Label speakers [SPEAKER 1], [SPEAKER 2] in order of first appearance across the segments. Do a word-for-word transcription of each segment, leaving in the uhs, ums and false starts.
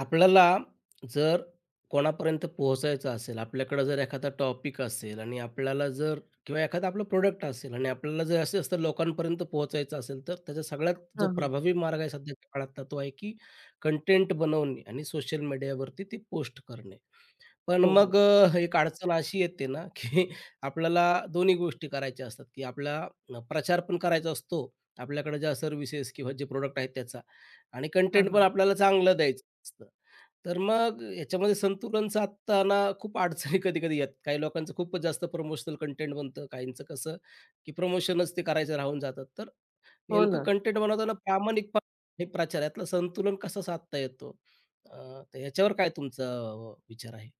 [SPEAKER 1] आपल्याला जर कोणापर्यंत पोहोचायचं असेल, आपल्याकडे जर एखादा टॉपिक असेल आणि आपल्याला जर किंवा एखादं आपलं प्रोडक्ट असेल आणि आपल्याला जर असं असतं लोकांपर्यंत पोहोचायचं असेल, तर त्याचा सगळ्यात जो
[SPEAKER 2] हां, हां.
[SPEAKER 1] प्रभावी मार्ग आहे सध्याच्या काळातला तो आहे, की कंटेंट बनवणे आणि सोशल मीडियावरती ती पोस्ट करणे. पण
[SPEAKER 2] हो, हो.
[SPEAKER 1] मग अ, एक अडचण अशी येते ना, की आपल्याला दोन्ही गोष्टी करायच्या असतात, की आपला अ, प्रचार पण करायचा असतो, आपल्याकडे ज्या सर्व्हिसेस किंवा जे प्रोडक्ट आहेत त्याचा आणि
[SPEAKER 2] हां,
[SPEAKER 1] कंटेंट पण
[SPEAKER 2] हां.
[SPEAKER 1] आपल्याला चांगलं द्यायचं असतं. तर मग याच्यामध्ये संतुलन साधताना खूप अडचणी कधी-कधी येतात. काही लोकांचं खूपच जास्त प्रमोशनल कंटेंट बनतं, काहींचं कसं, की प्रमोशनच ते करायचं राहून जातात. तर
[SPEAKER 2] हो
[SPEAKER 1] नेमकं
[SPEAKER 2] ना.
[SPEAKER 1] कंटेंट बनवताना प्रामाणिकपणा आणि प्रचार यातलं संतुलन कसं साधता येतो? अ, तर याच्यावर काय तुमचा अ, विचार आहे?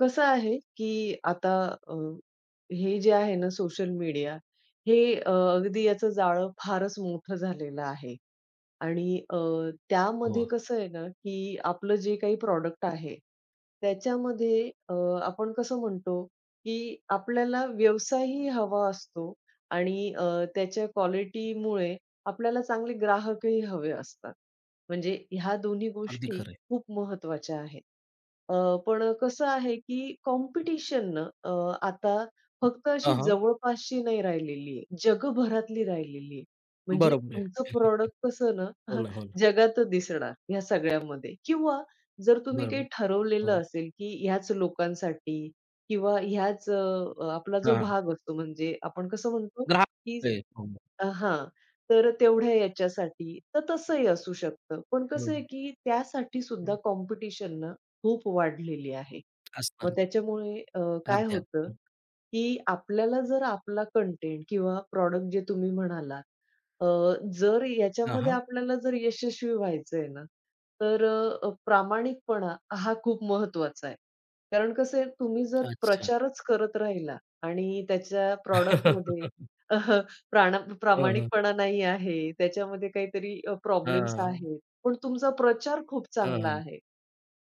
[SPEAKER 2] कसं आहे, की आता अ, हे जे आहे ना सोशल मीडिया हे अ, अगदी याचं जाळं फारच मोठं झालेलं आहे आणि अ,
[SPEAKER 1] हो,
[SPEAKER 2] त्यामध्ये कसं आहे ना, की आपलं जे काही प्रॉडक्ट आहे, त्याच्यामध्ये अ, आपण कसं म्हणतो, की आपल्याला व्यवसायही हवा असतो आणि अ, त्याच्या क्वालिटीमुळे आपल्याला चांगले ग्राहकही हवे असतात. म्हणजे ह्या दोन्ही
[SPEAKER 1] अगदी
[SPEAKER 2] गोष्टी
[SPEAKER 1] खरं आहे.
[SPEAKER 2] खूप महत्त्वाच्या आहेत. अ, पण कसं आहे, की कॉम्पिटिशन आता फक्त
[SPEAKER 1] हां,
[SPEAKER 2] अशी
[SPEAKER 1] हां.
[SPEAKER 2] जवळपासची नाही राहिलेली आहे. जगभरातली राहिलेली आहे. म्हणजे
[SPEAKER 1] बरोबर आहे.
[SPEAKER 2] तुमचं प्रॉडक्ट कसं ना
[SPEAKER 1] हो ना, हो ना.
[SPEAKER 2] जगात दिसणार ह्या सगळ्यामध्ये किंवा जर तुम्ही
[SPEAKER 1] बरोबर.
[SPEAKER 2] काही
[SPEAKER 1] हो.
[SPEAKER 2] ठरवलेलं असेल, की ह्याच लोकांसाठी किंवा ह्याच अ, आपला
[SPEAKER 1] हां,
[SPEAKER 2] जो
[SPEAKER 1] हां.
[SPEAKER 2] भाग असतो म्हणजे आपण कसं म्हणतो,
[SPEAKER 1] ग्राहक आहे. हो,
[SPEAKER 2] अ, हां. तर तेवढ्या याच्यासाठी, तर तसंही असू शकतं. पण
[SPEAKER 1] हो.
[SPEAKER 2] कसं आहे, की त्यासाठी सुद्धा
[SPEAKER 1] हं.
[SPEAKER 2] कॉम्पिटिशन ना खूप वाढलेली आहे. मग
[SPEAKER 1] असणार.
[SPEAKER 2] त्याच्यामुळे अ, काय
[SPEAKER 1] अगदी,
[SPEAKER 2] होतं,
[SPEAKER 1] अगदी.
[SPEAKER 2] की आपल्याला जर आपला कंटेंट किंवा प्रॉडक्ट जे तुम्ही म्हणालात, अ, जर
[SPEAKER 1] हां,
[SPEAKER 2] याच्यामध्ये
[SPEAKER 1] हां.
[SPEAKER 2] आपल्याला जर यशस्वी व्हायचंय ना, तर अ, प्रामाणिकपणा हा खूप महत्त्वाचा आहे. कारण कसं आहे, तुम्ही जर
[SPEAKER 1] अच्छा.
[SPEAKER 2] प्रचारच करत राहिला आणि त्याच्या प्रॉडक्टमध्ये प्राण
[SPEAKER 1] हां, हां.
[SPEAKER 2] प्रामाणिकपणा नाही आहे. त्याच्यामध्ये काहीतरी अ, प्रॉब्लेम्स
[SPEAKER 1] हां, हां.
[SPEAKER 2] आहेत. पण तुमचा प्रचार खूप चांगला आहे.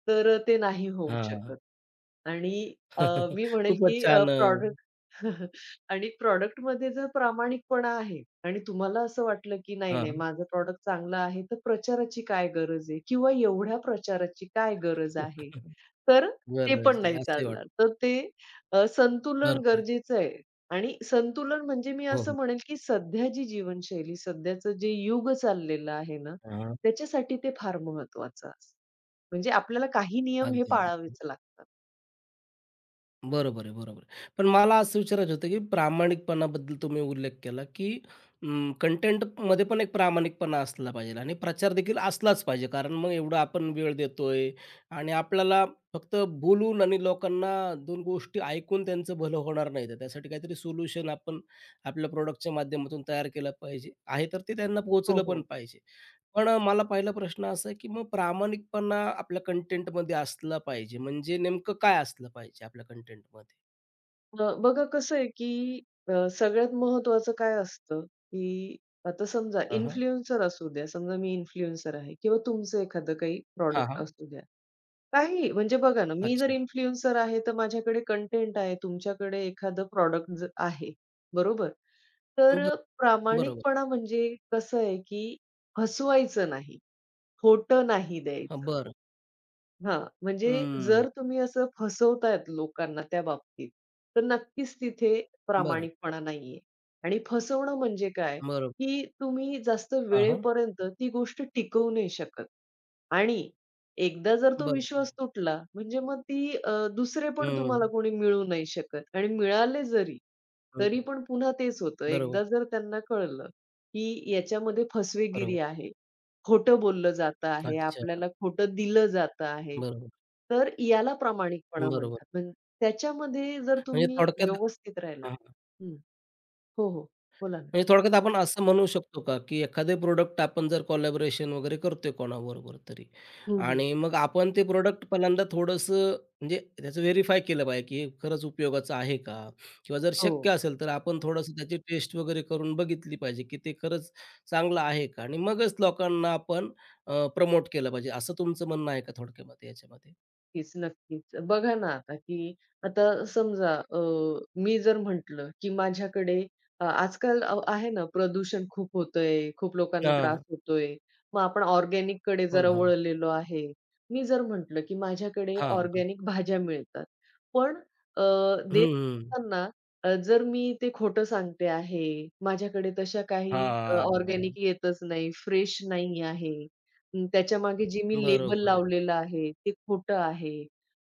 [SPEAKER 2] तर अ, ते नाही होऊ
[SPEAKER 1] हां.
[SPEAKER 2] शकत. आणि अ, मी म्हणेल
[SPEAKER 1] खूपच
[SPEAKER 2] की अ,
[SPEAKER 1] छान अ,
[SPEAKER 2] प्रॉडक्ट आणि प्रॉडक्टमध्ये जर प्रामाणिकपणा आहे आणि तुम्हाला असं वाटलं की नाही, नाही
[SPEAKER 1] हां.
[SPEAKER 2] माझं प्रॉडक्ट चांगलं आहे, तर प्रचाराची काय गरज आहे? किंवा एवढ्या प्रचाराची काय गरज आहे? तर ते
[SPEAKER 1] बरं,
[SPEAKER 2] पण नाही
[SPEAKER 1] असंही वाटतं.
[SPEAKER 2] चालणार. तर ते अ, संतुलन
[SPEAKER 1] बरोबर आहे.
[SPEAKER 2] गरजेचं आहे आणि संतुलन म्हणजे मी
[SPEAKER 1] हो, हो.
[SPEAKER 2] असं म्हणेल, की सध्या जी जीवनशैली, सध्याचं जे युग चाललेलं आहे ना,
[SPEAKER 1] हां.
[SPEAKER 2] त्याच्यासाठी ते फार महत्वाचं असतं. म्हणजे आपल्याला काही नियम हे
[SPEAKER 1] अगदी, अगदी.
[SPEAKER 2] पाळावेच लागतात.
[SPEAKER 1] बरोबर आहे, बरोबर आहे. पण मला असं विचारायचं होतं, की प्रामाणिकपणाबद्दल तुम्ही उल्लेख केला, की अं, कंटेंटमध्ये पण एक प्रामाणिकपणा असला पाहिजे आणि प्रचार देखील असलाच पाहिजे. कारण मग एवढा आपण वेळ देतोय आणि आपल्याला फक्त बोलून आणि लोकांना दोन गोष्टी ऐकून त्यांचं भलं होणार नाही. तर त्यासाठी काहीतरी सोल्युशन आपण आपल्या प्रॉडक्टच्या माध्यमातून तयार केलं पाहिजे. आहे तर ते त्यांना
[SPEAKER 2] हो,
[SPEAKER 1] पोहोचलं पण
[SPEAKER 2] हो.
[SPEAKER 1] पाहिजे. पण अ, मला पहिला प्रश्न असा आहे, की मग प्रामाणिकपणा आपल्या कंटेंटमध्ये असला पाहिजे, म्हणजे नेमकं काय असलं पाहिजे आपल्या कंटेंटमध्ये?
[SPEAKER 2] अ, बघा कसं आहे, की अ, सगळ्यात महत्वाचं काय असतं, की आता समजा
[SPEAKER 1] हां, हां.
[SPEAKER 2] इन्फ्लुएन्सर असू द्या, समजा मी इन्फ्लुएन्सर आहे किंवा तुमचं एखादं काही
[SPEAKER 1] हां,
[SPEAKER 2] प्रॉडक्ट
[SPEAKER 1] हां.
[SPEAKER 2] असू द्या. काही म्हणजे बघा ना, मी जर
[SPEAKER 1] अच्छा.
[SPEAKER 2] इन्फ्लुएन्सर आहे, तर माझ्याकडे कंटेंट आहे, तुमच्याकडे एखादं प्रॉडक्ट ज आहे, बरोबर? तर
[SPEAKER 1] बरं.
[SPEAKER 2] अ,
[SPEAKER 1] बरोबर.
[SPEAKER 2] प्रामाणिकपणा म्हणजे कसं आहे, की फसवायचं नाही, खोटं नाही
[SPEAKER 1] हां,
[SPEAKER 2] द्यायचं.
[SPEAKER 1] बरं.
[SPEAKER 2] हां, म्हणजे
[SPEAKER 1] हं.
[SPEAKER 2] जर तुम्ही असं फसवतायत लोकांना त्या बाबतीत, तर नक्कीच तिथे
[SPEAKER 1] बरं.
[SPEAKER 2] प्रामाणिकपणा नाहीये. आणि फसवणं म्हणजे काय,
[SPEAKER 1] बरोबर.
[SPEAKER 2] की तुम्ही जास्त
[SPEAKER 1] हां, हां.
[SPEAKER 2] वेळेपर्यंत ती गोष्ट टिकवू नाही शकत. आणि एकदा जर तो
[SPEAKER 1] बरोबर आहे.
[SPEAKER 2] विश्वास तुटला, म्हणजे मग ती अ, दुसरे
[SPEAKER 1] हं,
[SPEAKER 2] पण तुम्हाला
[SPEAKER 1] हं.
[SPEAKER 2] कोणी मिळू नाही शकत आणि मिळाले जरी, तरी पण पुन्हा तेच होतं.
[SPEAKER 1] बरोबर,
[SPEAKER 2] एकदा जर त्यांना कळलं, की याच्यामध्ये
[SPEAKER 1] बरोबर.
[SPEAKER 2] फसवेगिरी आहे, खोटं बोललं जातं आहे,
[SPEAKER 1] अच्छा.
[SPEAKER 2] आपल्याला खोटं दिलं जातं आहे,
[SPEAKER 1] बरोबर,
[SPEAKER 2] तर याला प्रामाणिकपणा
[SPEAKER 1] बरोबर.
[SPEAKER 2] म्हणतात. म्हणजे त्याच्यामध्ये जर
[SPEAKER 1] म्हणजे
[SPEAKER 2] तुम्ही
[SPEAKER 1] थोडक्यात
[SPEAKER 2] व्यवस्थित राहिला हं. हो, हो. बोला ना.
[SPEAKER 1] म्हणजे थोडक्यात आपण असं म्हणू शकतो का, की एखादे प्रोडक्ट आपण जर कोलॅबोरेशन वगैरे करतोय कोणाबरोबर तरी
[SPEAKER 2] हं, हं.
[SPEAKER 1] आणि मग आपण ते प्रोडक्ट पहिल्यांदा थोडंसं म्हणजे त्याचं व्हेरिफाय केलं पाहिजे, की हे खरंच उपयोगाचं आहे का? किंवा जर
[SPEAKER 2] हो.
[SPEAKER 1] शक्य असेल तर आपण थोडंसं त्याची टेस्ट वगैरे करून बघितली पाहिजे, की ते खरंच चांगलं आहे का? आणि मगच लोकांना आपण प्रमोट केलं पाहिजे, असं तुमचं म्हणणं आहे का थोडक्यामध्ये याच्यामध्ये?
[SPEAKER 2] नक्कीच, नक्कीच. बघा ना आता, की आता समजा अ, मी जर म्हटलं, की माझ्याकडे अ, आजकाल अ, आहे ना प्रदूषण खूप होतंय, खूप लोकांना त्रास
[SPEAKER 1] हां.
[SPEAKER 2] होतोय. मग आपण ऑर्गॅनिककडे
[SPEAKER 1] हो
[SPEAKER 2] जरा
[SPEAKER 1] ना, हो ना.
[SPEAKER 2] वळलेलो आहे. मी जर म्हटलं, की माझ्याकडे
[SPEAKER 1] हां, बरोबर.
[SPEAKER 2] ऑर्गॅनिक भाज्या मिळतात. पण अ, देत
[SPEAKER 1] हं,
[SPEAKER 2] असताना अ, जर मी ते खोटं सांगते आहे, माझ्याकडे तशा काही
[SPEAKER 1] हां.
[SPEAKER 2] ऑर्गॅनिक येतच नाही, फ्रेश नाही आहे. अं, त्याच्यामागे जे मी लेबल
[SPEAKER 1] बरोबर आहे.
[SPEAKER 2] लावलेलं आहे, ते खोटं आहे.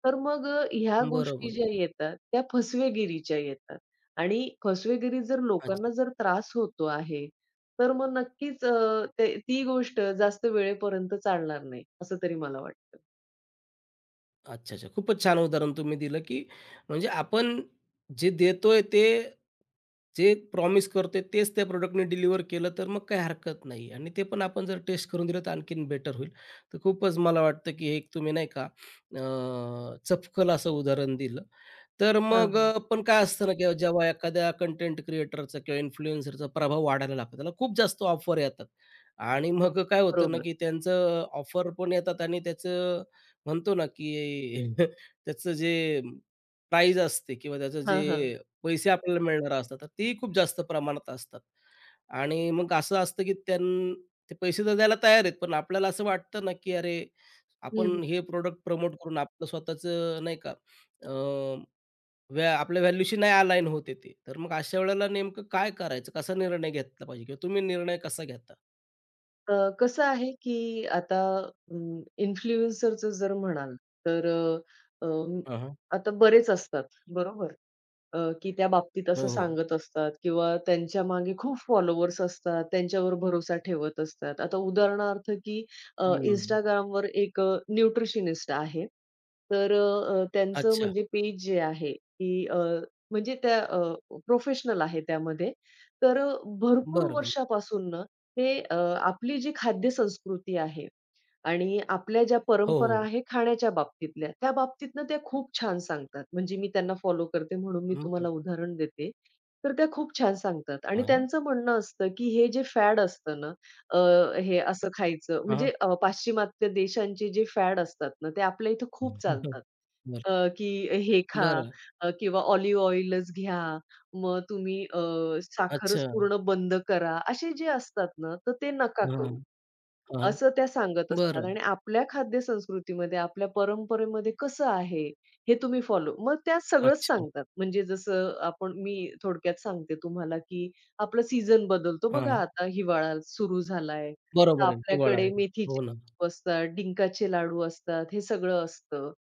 [SPEAKER 2] तर मग अ, ह्या गोष्टी
[SPEAKER 1] बरोबर आहे.
[SPEAKER 2] ज्या येतात, त्या फसवेगिरीच्या येतात आणि फसवेगिरी जर लोकांना
[SPEAKER 1] अच्छा.
[SPEAKER 2] जर त्रास होतो आहे, तर मग नक्कीच अ, ते ती गोष्ट जास्त वेळेपर्यंत चालणार नाही, असं तरी मला वाटतं.
[SPEAKER 1] अच्छा, अच्छा. खूपच छान उदाहरण तुम्ही दिलं, की म्हणजे आपण जे देतोय ते, जे प्रॉमिस करतोय तेच त्या प्रॉडक्टनी डिलिव्हर केलं, तर मग काही हरकत नाही आणि ते पण आपण जर टेस्ट करून दिलं, तर आणखीन बेटर होईल. तर खूपच मला वाटतं, की हे एक तुम्ही नाही का अ, चपखल असं उदाहरण दिलं तर
[SPEAKER 2] हां,
[SPEAKER 1] मग
[SPEAKER 2] हां.
[SPEAKER 1] अ, पण काय असतं ना, की जेव्हा एखाद्या कंटेंट क्रिएटरचा किंवा इन्फ्लुएन्सरचा प्रभाव वाढायला लागतो, त्याला खूप जास्त ऑफर येतात आणि मग काय होतं ना,
[SPEAKER 2] बरोबर.
[SPEAKER 1] की त्यांचं ऑफर पण येतात आणि त्याचं म्हणतो ना, की त्याचं जे प्राईज असते किंवा त्याचं
[SPEAKER 2] हां, हां.
[SPEAKER 1] जे पैसे आपल्याला मिळणार असतात, तर तेही खूप जास्त प्रमाणात असतात. आणि मग असं असतं, की त्यां ते पैसे तर द्यायला तयार आहेत, पण आपल्याला असं वाटतं ना, की अरे
[SPEAKER 2] हं,
[SPEAKER 1] आपण हे प्रॉडक्ट प्रमोट करून आपलं स्वतःचं नाही का व्या आपल्या व्हॅल्यूशी नाही अलाइन होत आहे ते. तर मग अशा वेळेला नेमकं काय करायचं? कसा निर्णय घेतला पाहिजे किंवा तुम्ही निर्णय कसा घेता?
[SPEAKER 2] अ, कसं आहे, की आता इन्फ्लुएन्सरचं जर म्हणाल, तर अ, अ,
[SPEAKER 1] हां, हां.
[SPEAKER 2] आता बरेच असतात, बरोबर? अ, की त्या बाबतीत
[SPEAKER 1] हो,
[SPEAKER 2] असं
[SPEAKER 1] हो.
[SPEAKER 2] सांगत असतात किंवा त्यांच्या मागे खूप फॉलोवर्स असतात, त्यांच्यावर भरोसा ठेवत असतात. आता उदाहरणार्थ की अ,
[SPEAKER 1] हं.
[SPEAKER 2] Instagramवर एक अ, न्यूट्रिशनिस्ट आहे. तर अ, त्यांचं
[SPEAKER 1] अच्छा.
[SPEAKER 2] म्हणजे पेज जे आहे की अ, म्हणजे त्या अ, प्रोफेशनल आहे त्यामध्ये. तर अ, भरपूर
[SPEAKER 1] बरं, बरं.
[SPEAKER 2] वर्षापासून ना ते अ, आपली जी खाद्य संस्कृती आहे आणि आपल्या ज्या
[SPEAKER 1] हो,
[SPEAKER 2] परंपरा
[SPEAKER 1] हो.
[SPEAKER 2] आहे खाण्याच्या बाबतीतल्या, त्या बाबतीतनं त्या खूप छान सांगतात. म्हणजे मी त्यांना फॉलो करते म्हणून मी
[SPEAKER 1] मग काय?
[SPEAKER 2] तुम्हाला उदाहरण देते. तर त्या खूप छान सांगतात आणि
[SPEAKER 1] हां, हां.
[SPEAKER 2] त्यांचं म्हणणं असतं, की हे जे फॅड असतं ना, अ, हे असं खायचं म्हणजे अ, पाश्चिमात्य देशांचे जे फॅड असतात ना, ते आपल्या इथं खूप चालतात.
[SPEAKER 1] बरं.
[SPEAKER 2] अ, की हे खा
[SPEAKER 1] बरं.
[SPEAKER 2] अ, किंवा ऑलिव्ह ऑइलच घ्या, मग तुम्ही अ,
[SPEAKER 1] अच्छा.
[SPEAKER 2] साखरच पूर्ण बंद करा. असे जे असतात ना, तर ते नका
[SPEAKER 1] हां,
[SPEAKER 2] करू.
[SPEAKER 1] हां.
[SPEAKER 2] असं त्या सांगत असतात
[SPEAKER 1] बरं.
[SPEAKER 2] आणि आपल्या खाद्य संस्कृतीमध्ये, आपल्या परंपरेमध्ये कसं आहे, हे तुम्ही फॉलो मग त्या सगळंच
[SPEAKER 1] अच्छा.
[SPEAKER 2] सांगतात. म्हणजे जसं आपण मी थोडक्यात सांगते तुम्हाला, की आपला सीझन बदलतो बघा
[SPEAKER 1] हां.
[SPEAKER 2] आता हिवाळा सुरू झालाय. तर
[SPEAKER 1] बरोबर आहे. हिवाळा
[SPEAKER 2] आपल्याकडे
[SPEAKER 1] आहे. हो
[SPEAKER 2] मेथीचे
[SPEAKER 1] ना.
[SPEAKER 2] लाडू असतात, डिंकाचे लाडू असतात, हे सगळं असतं.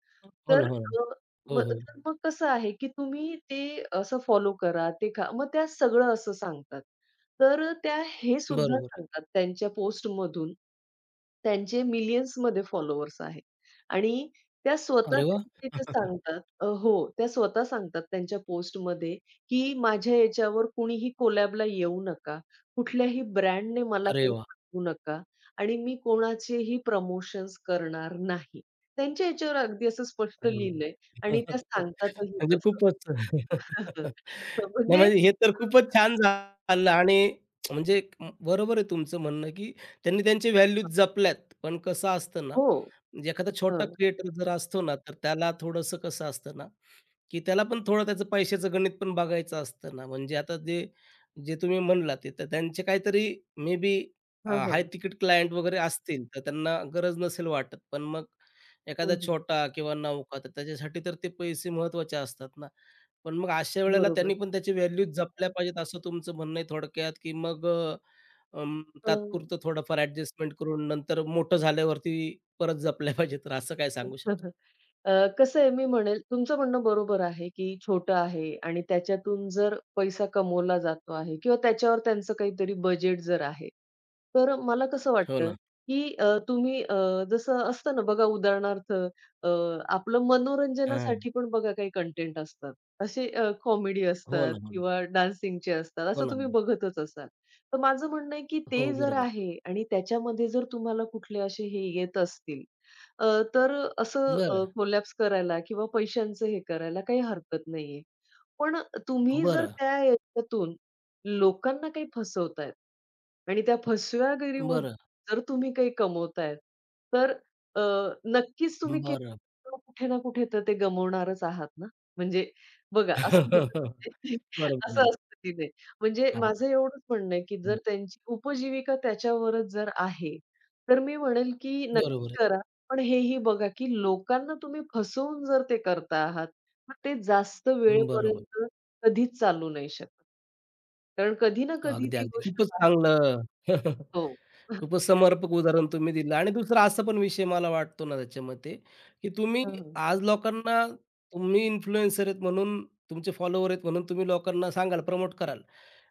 [SPEAKER 1] हो ना,
[SPEAKER 2] तर
[SPEAKER 1] हो ना.
[SPEAKER 2] अ,
[SPEAKER 1] हो,
[SPEAKER 2] मग
[SPEAKER 1] हो.
[SPEAKER 2] तर मग कसं आहे, की तुम्ही ते असं फॉलो करा, ते खा. मग त्या सगळं असं सांगतात. तर त्या हे सुद्धा
[SPEAKER 1] बरोबर
[SPEAKER 2] सांगतात त्यांच्या पोस्टमधून, त्यांचे मिलियन्समध्ये फॉलोवर्स आहेत आणि त्या स्वतः
[SPEAKER 1] अरे
[SPEAKER 2] त्या
[SPEAKER 1] वाह!
[SPEAKER 2] तिथे सांगतात अ, हो, त्या स्वतः सांगतात त्यांच्या पोस्टमध्ये, की माझ्या याच्यावर कुणीही कोलॅबला येऊ नका. कुठल्याही ब्रँडने मला
[SPEAKER 1] अरे
[SPEAKER 2] काही
[SPEAKER 1] वाह!
[SPEAKER 2] पाठवू नका आणि मी कोणाचेही प्रमोशन्स करणार नाही. त्यांच्या याच्यावर अगदी असं स्पष्ट
[SPEAKER 1] अरे!
[SPEAKER 2] लिहिलंय
[SPEAKER 1] वा.
[SPEAKER 2] आणि त्या सांगतातही
[SPEAKER 1] म्हणजे
[SPEAKER 2] तसं.
[SPEAKER 1] खूपच नाही
[SPEAKER 2] म्हणजे
[SPEAKER 1] म्हणजे हे तर खूपच छान झालं आणि म्हणजे एक बरोबर आहे तुमचं म्हणणं, की त्यांनी त्यांचे
[SPEAKER 2] अ,
[SPEAKER 1] व्हॅल्यूज जपल्यात. पण कसं असतं ना,
[SPEAKER 2] हो.
[SPEAKER 1] म्हणजे एखादा छोटा क्रिएटर जर असतो ना, तर त्याला थोडंसं कसं असतं ना, की त्याला पण थोडं त्याचं पैशाचं गणित पण बघायचं असतं ना. म्हणजे आता ते जे तुम्ही म्हणलात ते, तर त्यांचे काहीतरी मे बी अ,
[SPEAKER 2] हां,
[SPEAKER 1] हाय
[SPEAKER 2] हां.
[SPEAKER 1] तिकीट क्लायंट वगैरे असतील, तर त्यांना गरज नसेल वाटत. पण मग
[SPEAKER 2] हं,
[SPEAKER 1] एखादा
[SPEAKER 2] हं.
[SPEAKER 1] छोटा किंवा नवखा, तर त्याच्यासाठी तर ते पैसे महत्त्वाचे असतात ना. पण मग अशा वेळेला
[SPEAKER 2] बरोबर.
[SPEAKER 1] त्यांनी पण त्याची व्हॅल्यूज जपल्या पाहिजेत असं तुमचं म्हणणं आहे थोडक्यात, की मग अ, अं,
[SPEAKER 2] अ,
[SPEAKER 1] तात्पुरतं थोडंफार ॲडजस्टमेंट करून नंतर मोठं झाल्यावरती परत जपल्या पाहिजेत. तर असं काय
[SPEAKER 2] हं,
[SPEAKER 1] सांगू शकाल?
[SPEAKER 2] हं. अ, कसं आहे मी म्हणेल तुमचं म्हणणं बरोबर आहे, की छोटं आहे आणि त्याच्यातून जर पैसा कमवला जातो आहे किंवा त्याच्यावर त्यांचं काहीतरी बजेट जर आहे. तर मला कसं
[SPEAKER 1] हो
[SPEAKER 2] वाटतं,
[SPEAKER 1] ना.
[SPEAKER 2] की अ, तुम्ही अ, जसं असतं ना बघा उदाहरणार्थ अ, आपलं
[SPEAKER 1] हां.
[SPEAKER 2] मनोरंजनासाठी पण बघा काही कंटेंट असतात. असे कॉमेडी
[SPEAKER 1] हो
[SPEAKER 2] असतात
[SPEAKER 1] ना, हो ना.
[SPEAKER 2] किंवा डान्सिंगचे असतात.
[SPEAKER 1] हो
[SPEAKER 2] असं
[SPEAKER 1] ना.
[SPEAKER 2] तुम्ही बघतच असाल. तर माझं म्हणणं आहे, की
[SPEAKER 1] हो,
[SPEAKER 2] ते जर
[SPEAKER 1] बरोबर.
[SPEAKER 2] आहे आणि त्याच्यामध्ये जर तुम्हाला कुठले असे हे येत असतील, अ, तर असं
[SPEAKER 1] बरं,
[SPEAKER 2] अ, कोलॅप्स करायला किंवा पैशांचं हे करायला काही हरकत नाहीये. पण तुम्ही जर
[SPEAKER 1] बरं,
[SPEAKER 2] त्या याच्यातून लोकांना काही फसवतायत आणि त्या फसवेगिरीमधून
[SPEAKER 1] बरं,
[SPEAKER 2] जर तुम्ही काही कमवतायत, तर अ, नक्कीच तुम्ही केलं
[SPEAKER 1] बरं.
[SPEAKER 2] तर कुठे ना कुठे तर ते गमावणारच आहात ना. म्हणजे बघा असं होतं
[SPEAKER 1] बरोबर,
[SPEAKER 2] असं
[SPEAKER 1] बरोबर.
[SPEAKER 2] असतं की म्हणजे
[SPEAKER 1] हां,
[SPEAKER 2] माझं एवढंच म्हणणं आहे की
[SPEAKER 1] हं.
[SPEAKER 2] जर त्यांची उपजीविका त्याच्यावरच जर आहे, तर मी म्हणेल की नक्की
[SPEAKER 1] बरोबर आहे.
[SPEAKER 2] करा. पण हेही बघा, की लोकांना तुम्ही फसवून जर ते करता आहात, मग ते जास्त
[SPEAKER 1] बरोबर.
[SPEAKER 2] वेळेपर्यंत कधीच चालू नाही शकत. कारण कधी ना कधी
[SPEAKER 1] अगदी,
[SPEAKER 2] ती
[SPEAKER 1] अगदी.
[SPEAKER 2] गोष्ट
[SPEAKER 1] खूपच
[SPEAKER 2] बाहेर
[SPEAKER 1] चांगलं
[SPEAKER 2] हो. हं,
[SPEAKER 1] खूपच समर्पक उदाहरण तुम्ही दिलं आणि दुसरा असा पण विषय मला वाटतो ना त्याच्यामध्ये, की तुम्ही
[SPEAKER 2] हं.
[SPEAKER 1] आज लोकांना तुम्ही इन्फ्लुएन्सर आहेत म्हणून, तुमचे फॉलोवर आहेत म्हणून तुम्ही लोकांना सांगाल, प्रमोट कराल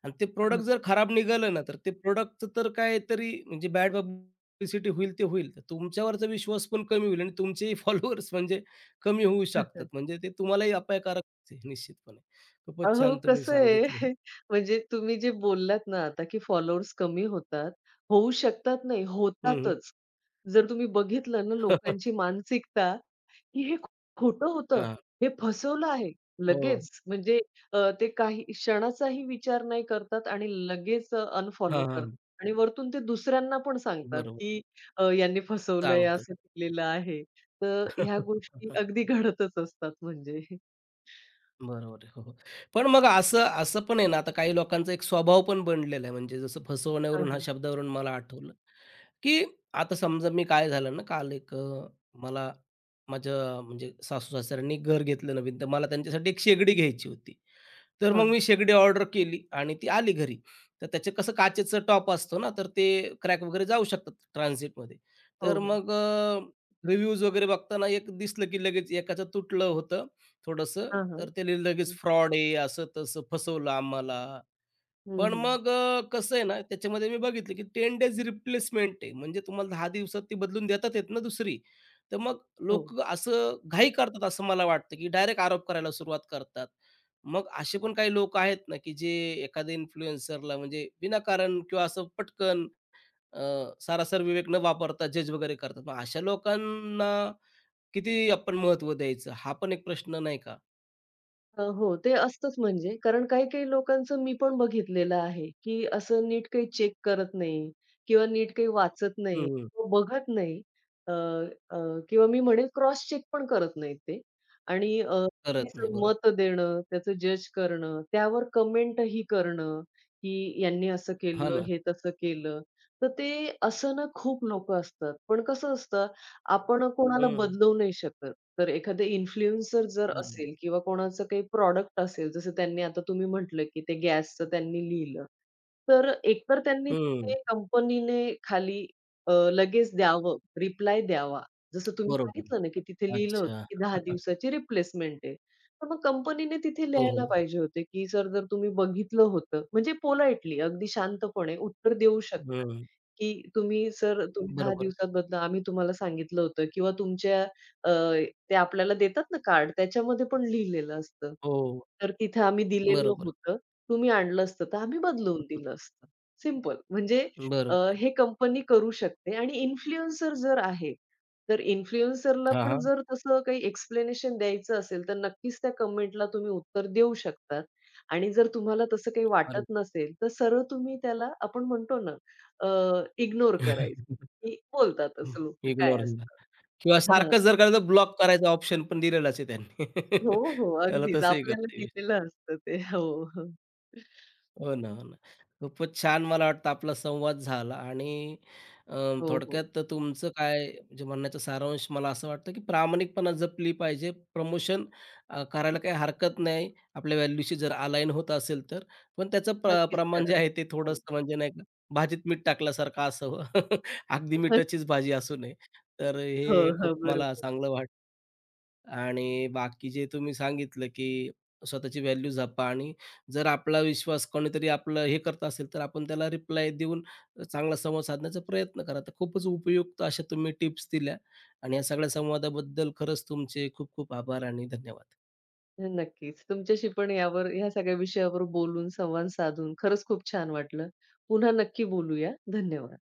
[SPEAKER 1] आणि ते प्रोडक्ट जर खराब निघालं ना, तर ते प्रोडक्टचं तर काहीतरी म्हणजे बॅड पब्लिसिटी होईल ते होईल. तर तुमच्यावरचा विश्वास पण कमी होईल आणि तुमचेही फॉलोअर्स म्हणजे कमी होऊ शकतात. म्हणजे ते तुम्हालाही अपायकारकच आहे निश्चितपणे. खूपच
[SPEAKER 2] अहो,
[SPEAKER 1] छान तुम्ही
[SPEAKER 2] कसं आहे
[SPEAKER 1] सांगितलं हे.
[SPEAKER 2] म्हणजे तुम्ही जे बोललात ना आता, की फॉलोअर्स कमी होतात. होऊ शकतात नाही,
[SPEAKER 1] हं, हं.
[SPEAKER 2] होतातच. जर तुम्ही बघितलं ना लोकांची मानसिकता की हे खोटं होतं. हे फसवलं आहे.
[SPEAKER 1] हो.
[SPEAKER 2] लगेच म्हणजे अ, ते काही क्षणाचाही विचार नाही करतात आणि लगेच अनफॉलो
[SPEAKER 1] हां,
[SPEAKER 2] करतात
[SPEAKER 1] हां.
[SPEAKER 2] आणि वरतून ते दुसऱ्यांना पण सांगतात,
[SPEAKER 1] बरोबर.
[SPEAKER 2] की अ, यांनी फसवलंय,
[SPEAKER 1] सांगतात.
[SPEAKER 2] असं केलेलं आहे. तर ह्या गोष्टी अगदी घडतच असतात म्हणजे.
[SPEAKER 1] बरोबर आहे. हो, हो. पण मग असं असं पण आहे ना, आता काही लोकांचा एक स्वभाव पण बनलेला आहे. म्हणजे जसं
[SPEAKER 2] हां,
[SPEAKER 1] फसवण्यावरून, ह्या
[SPEAKER 2] हां.
[SPEAKER 1] शब्दावरून मला आठवलं, की आता समजा मी काय झालं ना, काल एक अ, मला माझ्या म्हणजे सासू-सासऱ्यांनी घर घेतलं नवीन, तर मला त्यांच्यासाठी एक शेगडी घ्यायची होती. तर मग
[SPEAKER 2] हां.
[SPEAKER 1] मी शेगडी ऑर्डर केली आणि ती आली घरी. तर त्याचं कसं काचेचं टॉप असतो ना, तर ते क्रॅक वगैरे जाऊ शकतात ट्रान्झिटमध्ये.
[SPEAKER 2] हो,
[SPEAKER 1] तर
[SPEAKER 2] हो.
[SPEAKER 1] मग रिव्ह्यूज वगैरे बघताना एक दिसलं, की लगेच एकाचं तुटलं होतं थोडंसं
[SPEAKER 2] हां, हां.
[SPEAKER 1] तर त्याने लगेच
[SPEAKER 2] हं,
[SPEAKER 1] फ्रॉड आहे, असं-तसं फसवलं आम्हाला.
[SPEAKER 2] हं,
[SPEAKER 1] पण
[SPEAKER 2] हं.
[SPEAKER 1] मग अ, कसं आहे ना, त्याच्यामध्ये मी बघितलं की दहा डेज रिप्लेसमेंट आहे. म्हणजे तुम्हाला दहा दिवसात ती बदलून देतात आहेत ना दुसरी. तर मग
[SPEAKER 2] हो.
[SPEAKER 1] लोकं असं घाई करतात असं मला वाटतं, की डायरेक्ट आरोप करायला सुरुवात करतात. मग असे पण काही लोक आहेत ना, की जे एखाद्या इन्फ्लुएन्सरला म्हणजे विनाकारण किंवा असं पटकन अ, सारासर विवेक न वापरता जज वगैरे करतात. मग अशा लोकांना किती आपण महत्त्व द्यायचं? हा पण एक प्रश्न नाही का?
[SPEAKER 2] अ, हो, ते असतंच म्हणजे कारण काही-काही लोकांचं मी पण बघितलेलं आहे, की असं नीट काही चेक करत नाही किंवा नीट काही वाचत नाही,
[SPEAKER 1] हं,
[SPEAKER 2] किंवा बघत नाही. अ, अ, किंवा मी म्हणेल क्रॉस चेक पण करत नाहीत ते आणि अ,
[SPEAKER 1] करत नाही.
[SPEAKER 2] त्याचं
[SPEAKER 1] बरोबर.
[SPEAKER 2] मत देणं, त्याचं जज करणं, त्यावर कमेंटही करणं, की यांनी असं
[SPEAKER 1] हां
[SPEAKER 2] केलं,
[SPEAKER 1] ना.
[SPEAKER 2] हे तसं केलं. तर ते असं ना खूप लोकं असतात. पण कसं असतं, आपण कोणाला
[SPEAKER 1] हं.
[SPEAKER 2] बदलवू नाही शकत. तर एखादे इन्फ्लुएन्सर जर
[SPEAKER 1] बरोबर.
[SPEAKER 2] असेल किंवा कोणाचं काही प्रॉडक्ट असेल, जसं त्यांनी आता तुम्ही म्हटलं, की ते गॅसचं त्यांनी लिहिलं. तर एकतर त्यांनी
[SPEAKER 1] हं.
[SPEAKER 2] तिथे कंपनीने खाली अ, लगेच द्यावं, रिप्लाय द्यावा. जसं तुम्ही
[SPEAKER 1] बरोबर.
[SPEAKER 2] सांगितलं ना, की तिथे लिहिलं
[SPEAKER 1] अच्छा.
[SPEAKER 2] होतं, की दहा दिवसाची रिप्लेसमेंट आहे. तर मग कंपनीने तिथे
[SPEAKER 1] हो, हो.
[SPEAKER 2] लिहायला पाहिजे होते, की "सर जर तुम्ही बघितलं होतं" म्हणजे पोलाइटली अगदी शांतपणे उत्तर देऊ शकतात,
[SPEAKER 1] हं.
[SPEAKER 2] की "तुम्ही सर तुम्ही दहा
[SPEAKER 1] बरोबर.
[SPEAKER 2] दिवसात बदला. आम्ही तुम्हाला सांगितलं होतं किंवा तुमच्या ते आपल्याला देतात ना कार्ड, त्याच्यामध्ये पण लिहिलेलं असतं.
[SPEAKER 1] हो.
[SPEAKER 2] तर तिथे आम्ही दिलेलं
[SPEAKER 1] बरोबर.
[SPEAKER 2] होतं, तुम्ही आणलं असतं तर आम्ही बदलवून
[SPEAKER 1] हं.
[SPEAKER 2] दिलं असतं. सिंपल. म्हणजे अ,
[SPEAKER 1] बरोबर आहे.
[SPEAKER 2] हे कंपनी करू शकते आणि इन्फ्लुएन्सर जर आहे, तर इन्फ्लुएन्सरला
[SPEAKER 1] हां,
[SPEAKER 2] पण
[SPEAKER 1] हां.
[SPEAKER 2] जर तसं काही एक्सप्लेनेशन द्यायचं असेल, तर नक्कीच त्या कमेंटला तुम्ही उत्तर देऊ शकतात आणि जर तुम्हाला तसं काही
[SPEAKER 1] अरे!
[SPEAKER 2] वाटत नसेल, तर सरळ तुम्ही त्याला आपण म्हणतो ना, इग्नोर करायचं, की बोलतातच लोकं काय
[SPEAKER 1] इग्नोर
[SPEAKER 2] असतं.
[SPEAKER 1] किंवा सारखंच जर का ब्लॉक करायचा ऑप्शन पण दिलेलाच आहे
[SPEAKER 2] हो,
[SPEAKER 1] त्यांनी.
[SPEAKER 2] हो.
[SPEAKER 1] त्याला
[SPEAKER 2] अगदीच
[SPEAKER 1] तसंही
[SPEAKER 2] आपल्याला
[SPEAKER 1] करता
[SPEAKER 2] दिलेलं असतं ते. हो, हो.
[SPEAKER 1] हो ना, हो ना. खूपच छान मला वाटतं आपला संवाद झाला आणि अ,
[SPEAKER 2] हो, हो.
[SPEAKER 1] थोडक्यात तर तुमचं काय म्हणजे म्हणण्याचा सारांश मला असं वाटतं, की प्रामाणिकपणा जपली पाहिजे. प्रमोशन अ, करायला काही हरकत नाही. आपल्या व्हॅल्यूशी जर अलाईन होत असेल तर. पण त्याचं प्र
[SPEAKER 2] नक्कीच
[SPEAKER 1] प्रमाण जे
[SPEAKER 2] करा.
[SPEAKER 1] आहे ते
[SPEAKER 2] हो.
[SPEAKER 1] थोडंसं म्हणजे नाही का भाजीत मीठ टाकल्यासारखं असावं. अगदी मिठाचीच भाजी असू नये. तर
[SPEAKER 2] हो,
[SPEAKER 1] हे
[SPEAKER 2] हो.
[SPEAKER 1] खूप मला
[SPEAKER 2] बरोबर.
[SPEAKER 1] चांगलं वाटलं. आणि बाकी जे तुम्ही सांगितलं, की स्वतःची व्हॅल्यू जपा आणि जर आपला विश्वास कोणीतरी आपलं हे करत असेल, तर आपण त्याला रिप्लाय देऊन चांगला संवाद साधण्याचा प्रयत्न करा. तर खूपच उपयुक्त अशा तुम्ही टिप्स दिल्या आणि या सगळ्या संवादाबद्दल खरंच तुमचे खूप खूप आभार आणि धन्यवाद.
[SPEAKER 2] नक्कीच. तुमच्याशी पण यावर ह्या सगळ्या विषयावर बोलून, संवाद साधून खरंच खूप छान वाटलं. पुन्हा नक्की बोलूया. धन्यवाद.